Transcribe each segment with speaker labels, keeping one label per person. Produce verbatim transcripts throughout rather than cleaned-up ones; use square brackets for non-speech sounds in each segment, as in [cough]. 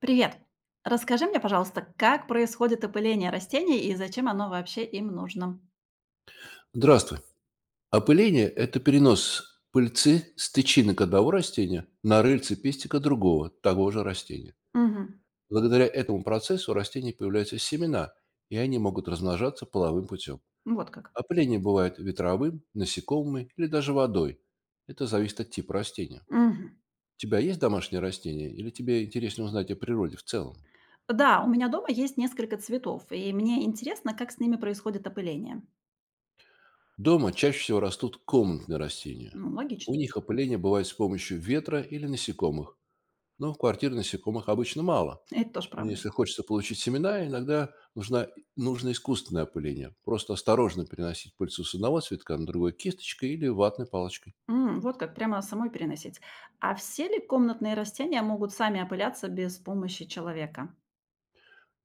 Speaker 1: Привет! Расскажи мне, пожалуйста, как происходит опыление растений и зачем оно вообще им нужно?
Speaker 2: Здравствуй. Опыление– это перенос пыльцы с тычинок одного растения на рыльце пестика другого, того же растения.
Speaker 1: Мгм.
Speaker 2: Благодаря этому процессу у растений появляются семена, и они могут размножаться половым путем.
Speaker 1: Вот как.
Speaker 2: Опыление бывает ветровым, насекомыми или даже водой. Это зависит от типа растения.
Speaker 1: Мгм.
Speaker 2: У тебя есть домашние растения или тебе интересно узнать о природе в целом?
Speaker 1: Да, у меня дома есть несколько цветов, и мне интересно, как с ними происходит опыление.
Speaker 2: Дома чаще всего растут комнатные растения.
Speaker 1: Ну,
Speaker 2: У
Speaker 1: логично.
Speaker 2: них опыление бывает с помощью ветра или насекомых, но в квартире насекомых обычно мало.
Speaker 1: Это тоже
Speaker 2: И
Speaker 1: правда.
Speaker 2: Если хочется получить семена, иногда нужна, нужно искусственное опыление. Просто осторожно переносить пыльцу с одного цветка на другой кисточкой или ватной палочкой.
Speaker 1: М, вот как прямо самой переносить. А все ли комнатные растения могут сами опыляться без помощи человека?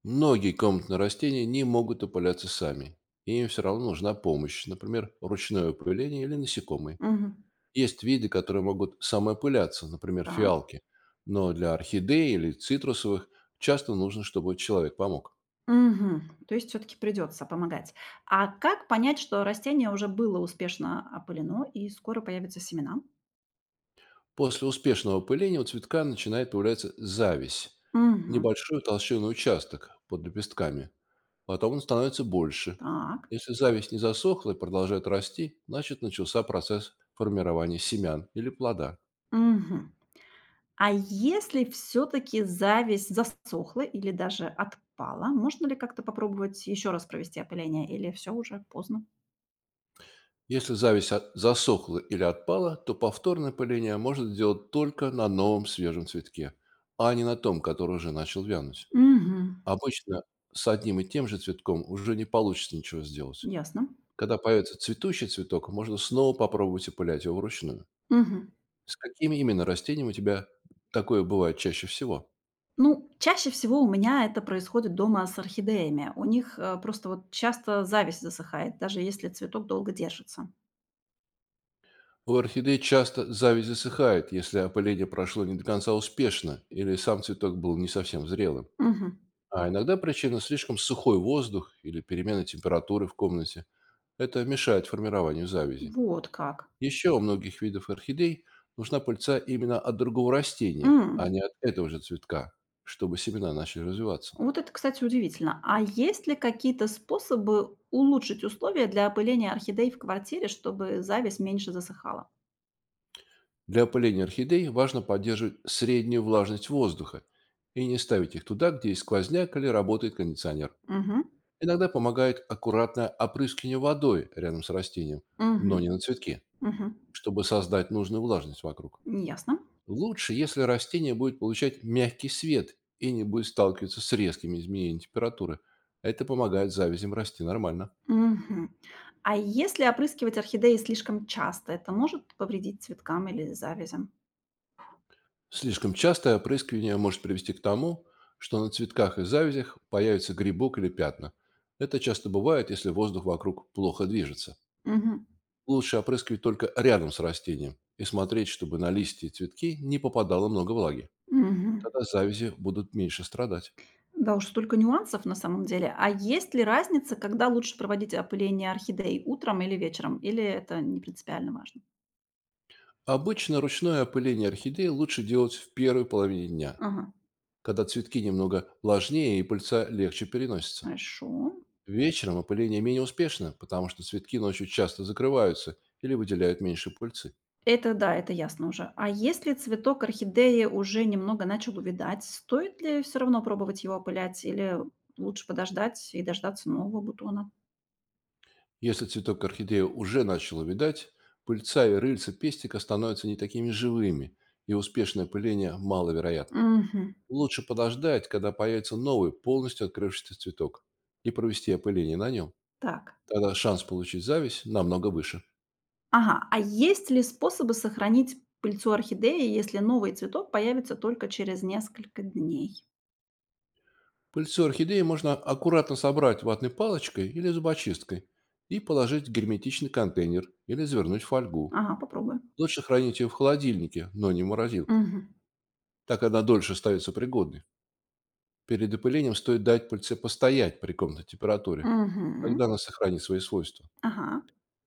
Speaker 2: Многие комнатные растения не могут опыляться сами. Им все равно нужна помощь, например, ручное опыление или насекомые.
Speaker 1: Мгм.
Speaker 2: Есть виды, которые могут самоопыляться, например,
Speaker 1: Так.
Speaker 2: фиалки. Но для орхидей или цитрусовых часто нужно, чтобы человек помог.
Speaker 1: Мгм. То есть все таки придется помогать. А как понять, что растение уже было успешно опылено и скоро появятся семена?
Speaker 2: После успешного пыления у цветка начинает появляться зависть–
Speaker 1: Мгм.
Speaker 2: небольшой толщинный участок под лепестками. Потом он становится больше.
Speaker 1: Так.
Speaker 2: Если зависть не засохла и продолжает расти, значит начался процесс формирования семян или плода.
Speaker 1: Мгм. А если все таки зависть засохла или даже отпала, можно ли как-то попробовать еще раз провести опыление или все уже поздно?
Speaker 2: Если зависть от- засохла или отпала, то повторное пыление можно сделать только на новом свежем цветке, а не на том, который уже начал вянуть.
Speaker 1: Мгм.
Speaker 2: Обычно с одним и тем же цветком уже не получится ничего сделать.
Speaker 1: Ясно.
Speaker 2: Когда появится цветущий цветок, можно снова попробовать опылять его вручную.
Speaker 1: Мгм.
Speaker 2: С какими именно растениями у тебя такое бывает чаще всего?
Speaker 1: Ну, чаще всего у меня это происходит дома с орхидеями. У них, э, просто вот часто зависть засыхает, даже если цветок долго держится.
Speaker 2: У орхидей часто зависть засыхает, если опыление прошло не до конца успешно или сам цветок был не совсем зрелым.
Speaker 1: Мгм.
Speaker 2: А иногда причина слишком сухой воздух или перемена температуры в комнате. Это мешает формированию завязи.
Speaker 1: Вот как.
Speaker 2: Еще у многих видов орхидей нужна пыльца именно от другого растения, а
Speaker 1: М.
Speaker 2: не от этого же цветка, чтобы семена начали развиваться.
Speaker 1: Вот это, кстати, удивительно. А есть ли какие-то способы улучшить условия для опыления орхидей в квартире, чтобы зависть меньше засыхала?
Speaker 2: Для опыления орхидей важно поддерживать среднюю влажность воздуха и не ставить их туда, где есть сквозняк или работает кондиционер.
Speaker 1: Мгм.
Speaker 2: Иногда помогает аккуратное опрыскивание водой рядом с растением, но
Speaker 1: Мгм.
Speaker 2: не на цветке,
Speaker 1: Мгм.
Speaker 2: чтобы создать нужную влажность вокруг.
Speaker 1: Ясно.
Speaker 2: Лучше, если растение будет получать мягкий свет и не будет сталкиваться с резкими изменениями температуры. Это помогает завязям расти нормально.
Speaker 1: Мгм. А если опрыскивать орхидеи слишком часто, это может повредить цветкам или завязям?
Speaker 2: Слишком частое опрыскивание может привести к тому, что на цветках и завязях появится грибок или пятна. Это часто бывает, если воздух вокруг плохо движется.
Speaker 1: Мгм.
Speaker 2: Лучше опрыскивать только рядом с растением и смотреть, чтобы на листья и цветки не попадало много влаги.
Speaker 1: Мгм.
Speaker 2: Тогда завязи будут меньше страдать.
Speaker 1: Да уж, столько нюансов на самом деле. А есть ли разница, когда лучше проводить опыление орхидей, утром или вечером? Или это не принципиально важно?
Speaker 2: Обычно ручное опыление орхидеи лучше делать в первой половине дня,
Speaker 1: Ага.
Speaker 2: когда цветки немного влажнее и пыльца легче переносится.
Speaker 1: Хорошо.
Speaker 2: Вечером опыление менее успешно, потому что цветки ночью часто закрываются или выделяют меньше пыльцы.
Speaker 1: Это да, это ясно уже. А если цветок орхидеи уже немного начал увидать, стоит ли все равно пробовать его опылять или лучше подождать и дождаться нового бутона?
Speaker 2: Если цветок орхидеи уже начал увядать, пыльца и рыльца пестика становятся не такими живыми, и успешное опыление маловероятно.
Speaker 1: Мгм.
Speaker 2: Лучше подождать, когда появится новый, полностью открывшийся цветок, и провести опыление на нем.
Speaker 1: Так.
Speaker 2: Тогда шанс получить зависть намного выше.
Speaker 1: Ага. А есть ли способы сохранить пыльцу орхидеи, если новый цветок появится только через несколько дней?
Speaker 2: Пыльцу орхидеи можно аккуратно собрать ватной палочкой или зубочисткой и положить в герметичный контейнер или завернуть в фольгу.
Speaker 1: Ага, попробую.
Speaker 2: Лучше хранить ее в холодильнике, но не в морозилке.
Speaker 1: Мгм.
Speaker 2: Так она дольше остается пригодной. Перед опылением стоит дать пыльце постоять при комнатной температуре.
Speaker 1: Мгм.
Speaker 2: Тогда она сохранит свои свойства.
Speaker 1: Ага.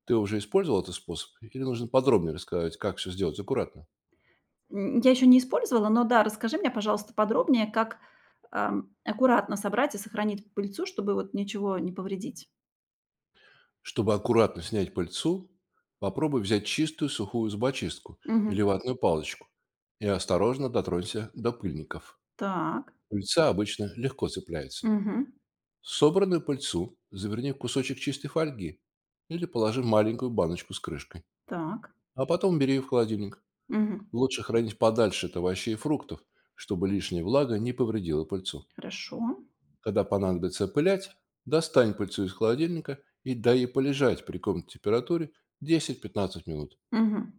Speaker 2: Ты уже использовал этот способ? Или нужно подробнее рассказать, как все сделать аккуратно?
Speaker 1: М, я еще не использовала, но да, расскажи мне, пожалуйста, подробнее, как, ам, аккуратно собрать и сохранить пыльцу, чтобы вот ничего не повредить.
Speaker 2: Чтобы аккуратно снять пыльцу, попробуй взять чистую сухую зубочистку
Speaker 1: Мгм.
Speaker 2: или ватную палочку и осторожно дотронься до пыльников.
Speaker 1: Так.
Speaker 2: Пыльца обычно легко цепляется.
Speaker 1: Мгм.
Speaker 2: Собранную пыльцу заверни в кусочек чистой фольги или положи в маленькую баночку с крышкой,
Speaker 1: Так.
Speaker 2: а потом бери ее в холодильник.
Speaker 1: Мгм.
Speaker 2: Лучше хранить подальше от овощей и фруктов, чтобы лишняя влага не повредила пыльцу.
Speaker 1: Хорошо.
Speaker 2: Когда понадобится опылять, достань пыльцу из холодильника и дай ей полежать при комнатной температуре десять пятнадцать минут.
Speaker 1: Мгм.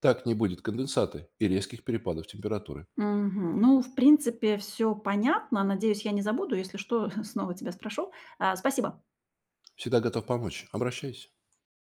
Speaker 2: Так не будет конденсата и резких перепадов температуры.
Speaker 1: Мгм. Ну, в принципе, все понятно. Надеюсь, я не забуду. Если что, [laughs] снова тебя спрошу. А, спасибо.
Speaker 2: Всегда готов помочь. Обращайся.